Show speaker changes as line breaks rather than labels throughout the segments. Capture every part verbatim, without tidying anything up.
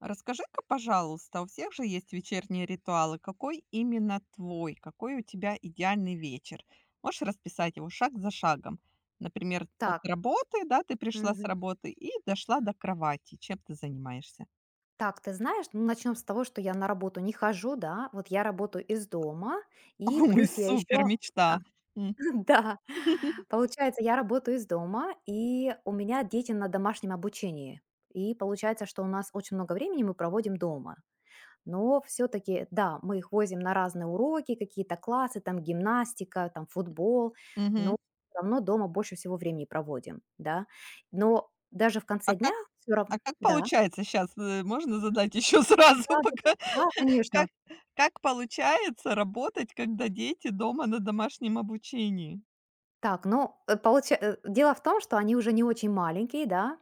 Расскажи-ка, пожалуйста, у всех же есть вечерние ритуалы. Какой именно твой? Какой у тебя идеальный вечер? Можешь расписать его шаг за шагом. Например, от
Так,
работы, да, ты пришла с
мгм.
работы и дошла до кровати. Чем ты занимаешься?
Так, ты знаешь, ну, начнем с того, что я на работу не хожу, да, вот я работаю из дома, и
Ой,
плюс я
супер,
еще,
мечта. М.
да, получается, я работаю из дома, и у меня дети на домашнем обучении, и получается, что у нас очень много времени мы проводим дома. Но все-таки, да, мы их возим на разные уроки, какие-то классы, там гимнастика, там футбол,
Мгм.
но все равно дома больше всего времени проводим, да. Но даже в
А
конце дня
как,
все равно,
а как
да.
получается сейчас? Можно задать еще сразу,
Да-да-да.
пока
Да, конечно.
как, как получается работать, когда дети дома на домашнем обучении?
Так, ну, э, получа э, дело в том, что они уже не очень маленькие, да.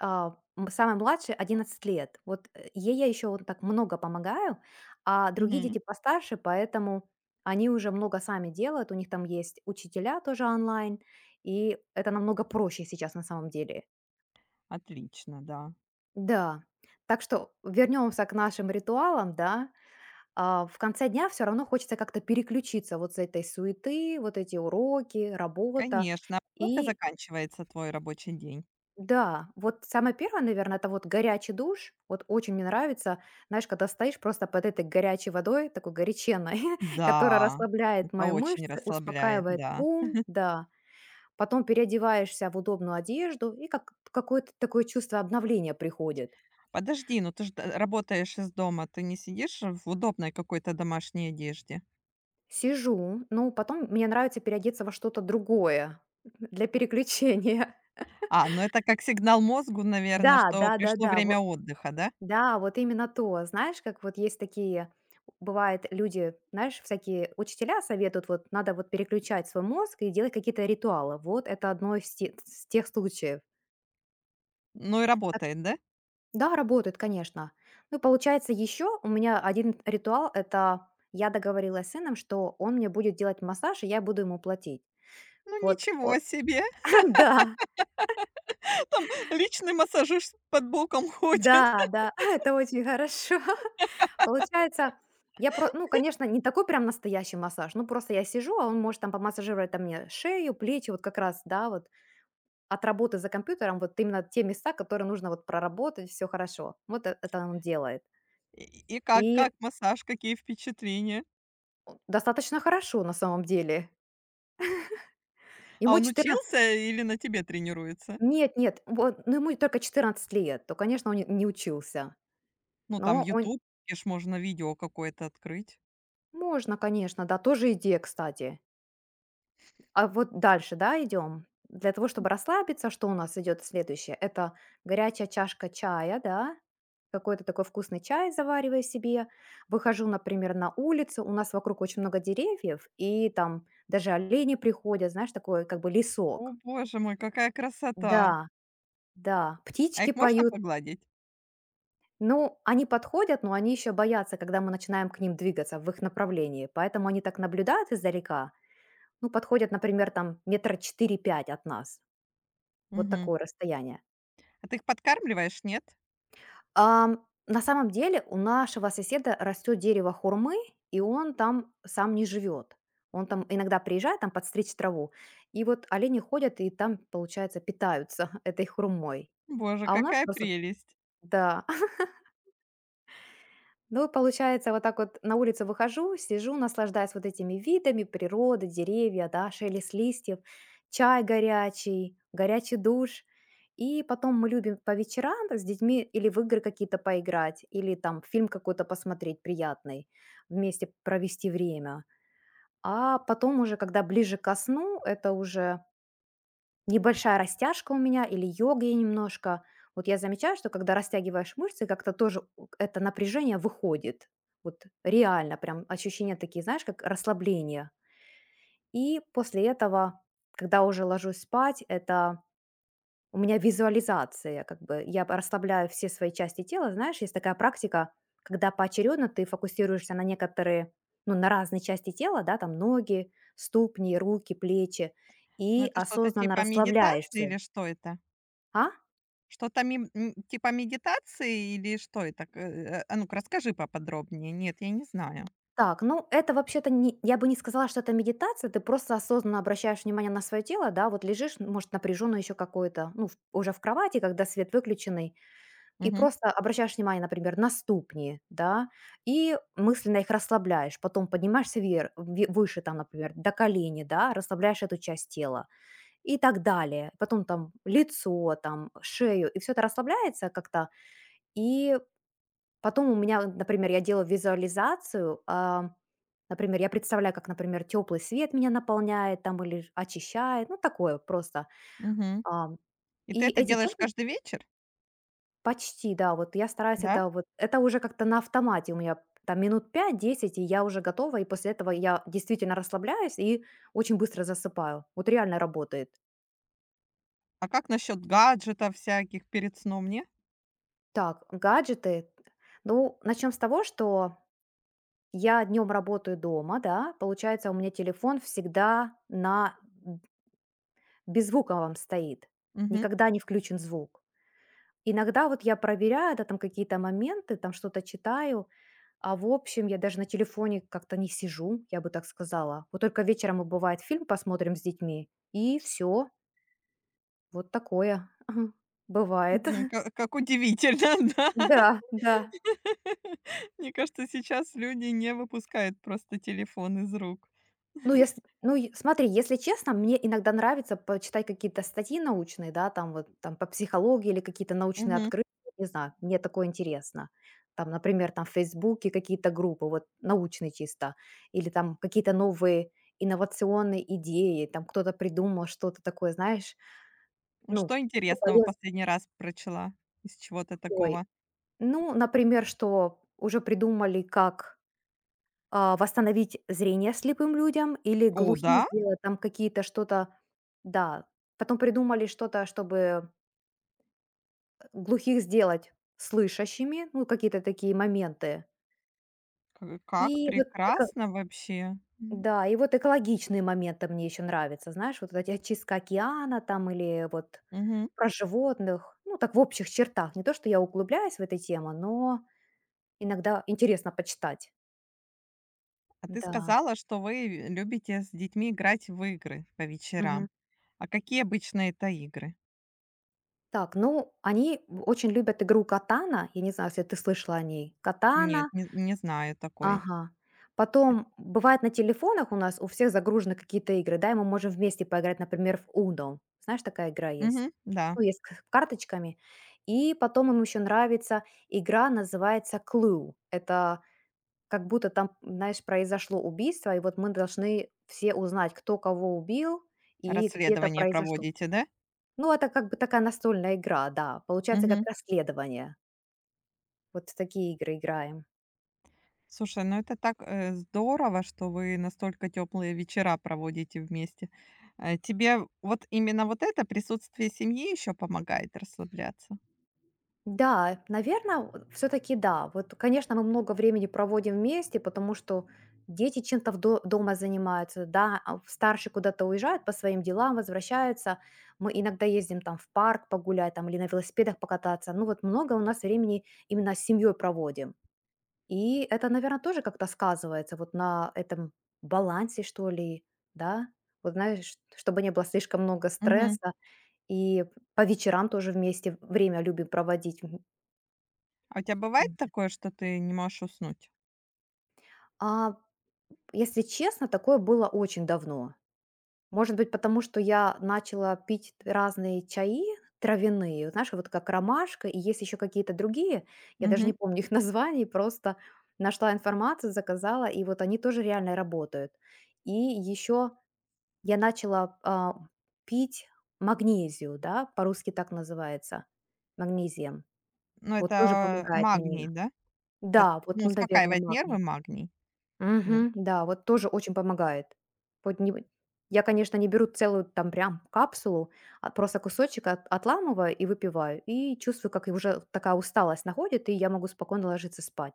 А, м, самой младшей одиннадцать лет. Вот, э, ей я еще вот так много помогаю, а другие
Мгм.
дети постарше, поэтому они уже много сами делают. У них там есть учителя тоже онлайн, и это намного проще сейчас на самом деле.
Отлично, да.
Да. Так что вернемся к нашим ритуалам, да. А, в конце дня все равно хочется как-то переключиться вот с этой суеты, вот эти уроки, работа.
Конечно. А во сколько
И
заканчивается твой рабочий день?
да, вот самое первое, наверное, это вот горячий душ. Вот очень мне нравится, знаешь, когда стоишь просто под этой горячей водой, такой горяченной, которая
Да,
расслабляет
это
мои
очень
мышцы,
расслабляет,
успокаивает
да.
ум, да. Потом переодеваешься в удобную одежду, и как какое-то такое чувство обновления приходит.
Подожди, ну ты же работаешь из дома, ты не сидишь в удобной какой-то домашней одежде?
Сижу, ну, потом мне нравится переодеться во что-то другое для переключения.
А, ну это как сигнал мозгу, наверное,
Да,
что пришло
да-да-да, вот,
время отдыха, да?
да, вот именно то. Знаешь, как вот есть такие, бывает, люди, знаешь, всякие учителя советуют, вот надо вот переключать свой мозг и делать какие-то ритуалы. Вот это одно из те с тех случаев.
Ну и
Так ш
работает, да?
Да, работает, конечно. Ну, получается, еще у меня один ритуал - это я договорилась с сыном, что он мне будет делать массаж, и я буду ему платить.
Ну
Вот, о
ничего себе!
да.
Там личный массажист под боком ходит.
Да, да, это очень хорошо. Получается, я про ну, конечно, не такой прям настоящий массаж, ну, просто я сижу, а он может там помассажировать там мне шею, плечи, вот как раз, да, вот от работы за компьютером, вот именно те места, которые нужно вот проработать, все хорошо. Вот э- это он делает.
И и как
И
как массаж, какие впечатления?
достаточно хорошо на самом деле.
А
Ему
он
четырнадцать.
учился или на тебе тренируется?
Нет, нет, вот, ну, ему только четырнадцать лет, то, конечно, он не не учился.
Ну, там в
Но он...
YouTube ж можно видео какое-то открыть.
Можно, конечно, да, тоже идея, кстати. А вот дальше, да, идем. Для того, чтобы расслабиться, что у нас идет следующее? Это горячая чашка чая, да, какой-то такой вкусный чай завариваю себе. Выхожу, например, на улицу, у нас вокруг очень много деревьев, и там даже олени приходят, знаешь, такой как бы
О,
лесок.
боже мой, какая красота!
Да, да,
А их
птички
можно
поют.
погладить?
Ну, они подходят, но они еще боятся, когда мы начинаем к ним двигаться в их направлении. Поэтому они так наблюдают издалека. Ну, подходят, например, там метра четыре-пять от нас. Вот
Мгм.
такое расстояние.
А ты их подкармливаешь, нет?
Ам, на самом деле у нашего соседа растет дерево хурмы, и он там сам не живет. Он там иногда приезжает там подстричь траву, и вот олени ходят и там, получается, питаются этой хурмой.
Боже,
А у нас
какая
просто
прелесть!
да. Ну, получается, вот так вот на улицу выхожу, сижу, наслаждаюсь вот этими видами природы, деревья, да, шелест листьев, чай горячий, горячий душ. И потом мы любим по вечерам с детьми или в игры какие-то поиграть, или там фильм какой-то посмотреть приятный, вместе провести время. А потом уже, когда ближе ко сну, это уже небольшая растяжка у меня или йога я немножко. Вот я замечаю, что когда растягиваешь мышцы, как-то тоже у- это напряжение выходит. Вот реально прям ощущения такие, знаешь, как расслабление. И после этого, когда уже ложусь спать, это у меня визуализация, как бы я п- расслабляю все свои части тела, знаешь, есть такая практика, когда поочередно ты фокусируешься на некоторые, ну, на разные части тела, да, там ноги, ступни, руки, плечи,
Ну,
и
это что-то
осознанно
типа
расслабляешь
медитации
все.
или что это?
А?
Что-то мим м, типа медитации или что это? К э, а ну-ка, расскажи поподробнее. Нет, я не знаю.
Так, ну это вообще-то не, я бы не сказала, что это медитация, ты просто осознанно обращаешь внимание на свое тело, да, вот лежишь, может, напряженно еще какое-то, ну, в- уже в кровати, когда свет выключенный, и
Мгм,
просто обращаешь внимание, например, на ступни, да, и мысленно их расслабляешь, потом поднимаешься вверх, ве- выше там, например, до колени, да, расслабляешь эту часть тела и так далее. Потом там лицо, там шею, и все это расслабляется как-то, и потом у меня, вот, например, я делаю визуализацию, а, например, я представляю, как, например, теплый свет меня наполняет там или ж- очищает, ну такое просто.
мгм.
Ам,
И ты
и
это
эти
делаешь
техники
каждый вечер,
почти, да, вот я стараюсь
да?
это вот, это уже как-то на автомате у меня там минут пять-десять, и я уже готова, и после этого я действительно расслабляюсь и очень быстро засыпаю. Вот реально работает.
А как насчет гаджетов всяких перед сном, не?
Так, гаджеты. Ну, начнем с того, что я днем работаю дома, да, получается, у меня телефон всегда на б- беззвуковом стоит,
Мгм.
никогда не включен звук. Иногда вот я проверяю, да, там какие-то моменты, там что-то читаю, а в общем я даже на телефоне как-то не сижу, я бы так сказала. Вот только вечером мы, бывает, фильм посмотрим с детьми, и все, вот такое бывает.
Мгм. Ка как удивительно, да.
Да, да.
Мне кажется, сейчас люди не выпускают просто телефон из рук.
Ну, если, ну, е смотри, если честно, мне иногда нравится почитать какие-то статьи научные, да, там вот там по психологии или какие-то научные
Мгм.
открытия, не знаю, мне такое интересно. Там, например, там в "Фейсбуке" какие-то группы, вот научные чисто, или там какие-то новые инновационные идеи, там кто-то придумал что-то такое, знаешь,
А
ну,
что
что
интересного
полезно.
последний раз прочла из чего-то
Ой,
такого?
ну, например, что уже придумали, как а, восстановить зрение слепым людям или
О
глухих
да?
сделать там какие-то что-то, да. Потом придумали что-то, чтобы глухих сделать слышащими, ну, какие-то такие моменты.
К
И
как
вот, эко-
прекрасно вообще. М.
да, и вот экологичные моменты мне еще нравятся, знаешь, вот эта очистка океана там или вот
Мгм.
про животных, ну, так в общих чертах. Не то, что я углубляюсь в эту тему, но иногда интересно почитать.
А ты
Да.
сказала, что вы любите с детьми играть в игры по вечерам. А какие обычно это игры?
Так, ну, они в очень любят игру "Катана". Я не знаю, если ты слышала о ней.
Нет,
"Катана",
не не знаю такой.
ага. Потом, бывает, на телефонах у нас у всех загружены какие-то игры, да, и мы можем вместе поиграть, например, в "Уно". Знаешь, такая игра есть?
Мгм, да.
Ну, есть к карточками. И потом им еще нравится игра, называется "Clue". Это как будто там, знаешь, произошло убийство, и вот мы должны все узнать, кто кого убил и где это
Расследование
произошло.
проводите, да?
Ну, это как бы такая настольная игра, да. Получается, как
Мгм.
расследование. Вот в такие игры играем.
Слушай, ну это так, э, здорово, что вы настолько теплые вечера проводите вместе. Э, тебе вот именно вот это присутствие семьи еще помогает расслабляться?
Да, наверное, все-таки да. Вот, конечно, мы много времени проводим вместе, потому что дети чем-то в до- дома занимаются, да, а старший куда-то уезжает по своим делам, возвращается. Мы иногда ездим там в парк погулять там, или на велосипедах покататься. Ну вот много у нас времени именно с семьей проводим. И это, наверное, тоже как-то сказывается вот на этом балансе, что ли, да? Вот знаешь, чтобы не было слишком много
Мгм.
стресса, и по вечерам тоже вместе время любим проводить. Мгм.
А у тебя бывает
Мгм.
такое, что ты не можешь уснуть?
А, если честно, такое было очень давно. Может быть, потому что я начала пить разные чаи травяные, вот знаешь, вот как ромашка, и есть еще какие-то другие, я даже
Мгм.
не помню их названий, просто нашла информацию, заказала, и вот они тоже реально работают. И еще я начала, а, пить магнезию, да, по-русски так называется, магнезием.
Ну,
Вот тоже
это
помогает мне.
магний, да? Кот
Да, вот,
Ну,
наверно,
успокаивает нервы
магний.
магний. Н
Мгм. Да, вот тоже очень помогает. Вот не, я, конечно, не беру целую там прям капсулу, а просто кусочек от отламываю и выпиваю. И чувствую, как и уже такая усталость находит, и я могу спокойно ложиться спать.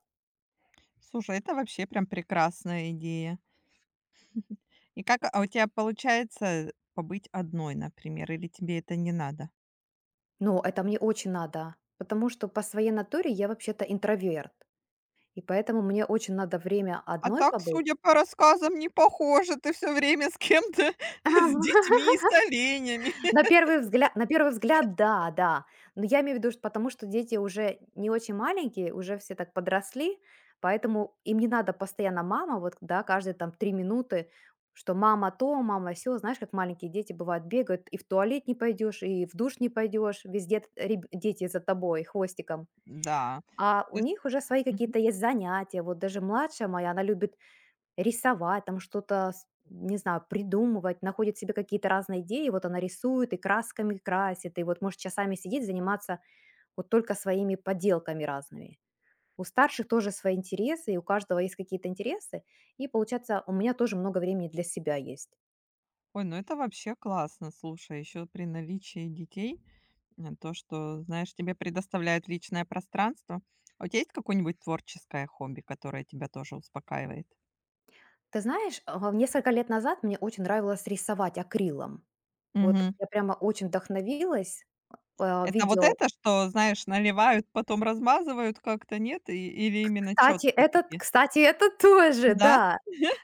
Слушай, это вообще прям прекрасная идея. И как, а у тебя получается побыть одной, например, или тебе это не надо?
Но это мне очень надо, потому что по своей натуре я вообще-то интроверт, и поэтому мне очень надо время
А
одной
так, судя
побыть.
по рассказам, не похоже. Ты все время с кем-то,
А,
с
во
детьми и с оленями.
на первый взгляд, на первый взгляд, да, да. Но я имею в виду, что потому что дети уже не очень маленькие, уже все так подросли, поэтому им не надо постоянно мама, вот, да, каждые там три минуты, что мама то, мама все. Знаешь, как маленькие дети бывают, бегают, и в туалет не пойдешь, и в душ не пойдешь, везде т реб дети за тобой хвостиком.
Да.
А
То
у
есть
них уже свои
мгм.
какие-то есть занятия. Вот даже младшая моя, она любит рисовать, там что-то, с- не знаю, придумывать, находит себе какие-то разные идеи, вот она рисует и красками красит, и вот может часами сидеть, заниматься вот только своими поделками разными. У старших тоже свои интересы, и у каждого есть какие-то интересы, и получается, у меня тоже много времени для себя есть.
Ой, ну это вообще классно. Слушай, еще при наличии детей, м, то, что, знаешь, тебе предоставляют личное пространство. А у тебя есть какое-нибудь творческое хобби, которое тебя тоже успокаивает?
Ты знаешь, а, несколько лет назад мне очень нравилось рисовать акрилом. Вот
Мгм.
я прямо очень вдохновилась а,
Это вот
видео.
это, что, знаешь, наливают, потом размазывают как-то, нет? И или
К-
именно
Кстати,
четкие
это,
такие?
кстати, это тоже,
Да?
да.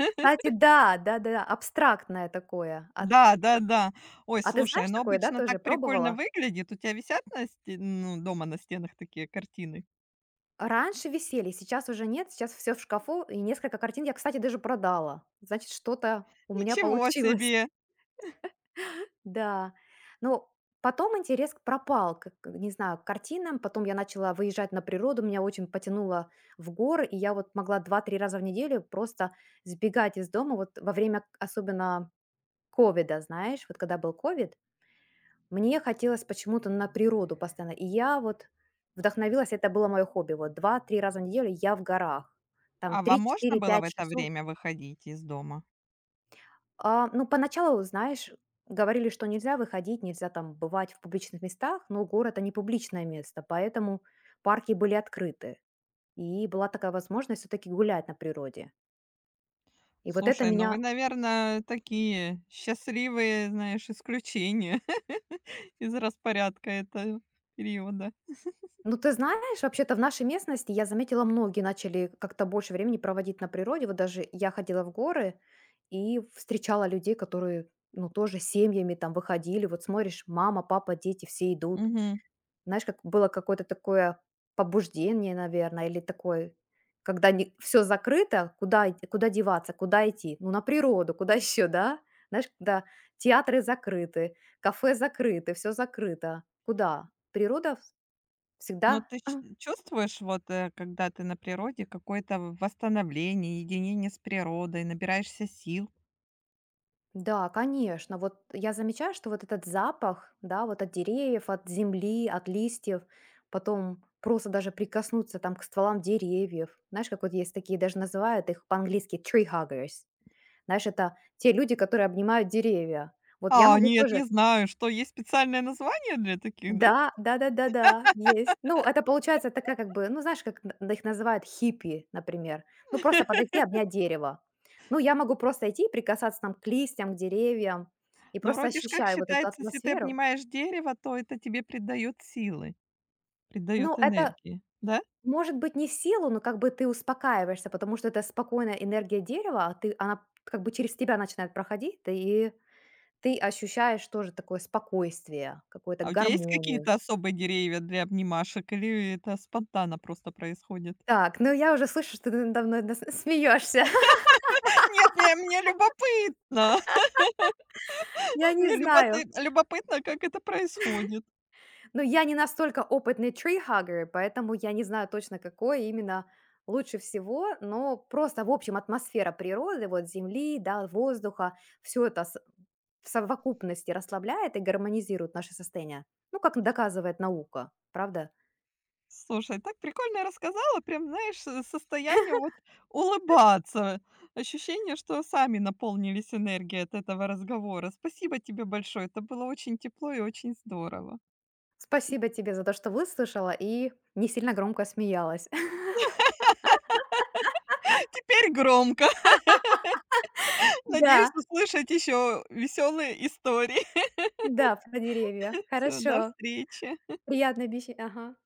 Кстати, да, да-да-да, абстрактное такое. А,
Да, да-да. Ой,
а ты
слушай,
знаешь
ну
такое, да,
обычно так
тоже
прикольно
пробовала?
выглядит. У тебя висят на сте ну, дома на стенах такие картины?
Раньше висели, сейчас уже нет, сейчас все в шкафу, и несколько картин я, кстати, даже продала. Значит, что-то у меня
Ничего
получилось.
себе!
Да. Но потом интерес к пропал, к к не знаю, к картинам. Потом я начала выезжать на природу, меня очень потянуло в горы, и я вот могла два-три раза в неделю просто сбегать из дома. Вот во время, к- особенно, ковида, знаешь, вот когда был ковид, мне хотелось почему-то на природу постоянно. И я вот вдохновилась, это было мое хобби. Вот два-три раза в неделю я в горах. Там
А вам можно было в
три-четыре-пять
это
часов.
время выходить из дома?
А, ну, поначалу, знаешь, говорили, что нельзя выходить, нельзя там бывать в публичных местах, но город – это не публичное место, поэтому парки были открыты. И была такая возможность все-таки гулять на природе. И вот это
Слушай, ну
меня...
вы, наверное, такие счастливые, знаешь, исключения из распорядка этого периода.
Ну, ты знаешь, вообще-то в нашей местности, я заметила, многие начали как-то больше времени проводить на природе. Вот даже я ходила в горы и встречала людей, которые, ну, тоже семьями там выходили. Вот смотришь, мама, папа, дети, все идут.
Мгм.
Знаешь, как было какое-то такое побуждение, наверное, или такое, когда все закрыто, куда, ид- куда деваться, куда идти? Ну, на природу, куда еще, да? Знаешь, когда театры закрыты, кафе закрыты, все закрыто. Куда? Природа
Но
всегда
ты ч чувствуешь, вот, э, когда ты на природе, какое-то восстановление, единение с природой, набираешься сил?
Да, конечно. Вот я замечаю, что вот этот запах, да, вот от деревьев, от земли, от листьев, потом просто даже прикоснуться там к стволам деревьев. Знаешь, как вот есть такие, даже называют их по-английски tree huggers. Знаешь, это те люди, которые обнимают деревья. Вот я
А,
могу
нет,
тоже,
не знаю, что есть специальное название для таких, да?
да, да-да-да-да, есть. Ну, это получается такая как бы, ну, знаешь, как н их называют хиппи, например. Ну, просто подойти, обнять дерево. Ну, я могу просто идти и прикасаться там к листьям, к деревьям и
Но
просто
вроде ж как
ощущаю вот эту
считается, если ты
атмосферу.
обнимаешь дерево, то это тебе придает силы,
Ну,
придает
это
энергии, да?
может быть не в силу, но как бы ты успокаиваешься, потому что это спокойная энергия дерева, а ты она как бы через тебя начинает проходить, ты и ты ощущаешь тоже такое спокойствие, какую-то
А у тебя есть
гармонию.
какие-то особые деревья для обнимашек или это спонтанно просто происходит?
Так, ну я уже слышу, что ты надо мной смеешься.
Нет, не, мне любопытно.
Я не
Мне
знаю,
люботы любопытно, как это происходит.
но я не настолько опытный tree hugger, поэтому я не знаю точно, какое именно лучше всего, но просто, в общем, атмосфера природы, вот земли, да, воздуха, все это с- в совокупности расслабляет и гармонизирует наше состояние. Ну, как доказывает наука, правда?
Слушай, так прикольно рассказала, прям, знаешь, э, состояние вот улыбаться. Ощущение, что сами наполнились энергией от этого разговора. Спасибо тебе большое, это было очень тепло и очень здорово.
Спасибо тебе за то, что выслушала и не сильно громко смеялась.
Теперь громко. Надеюсь
Да,
услышать еще веселые истории.
да, про деревья.
Все, до
Хорошо.
встречи.
Приятно беседовать. Ага.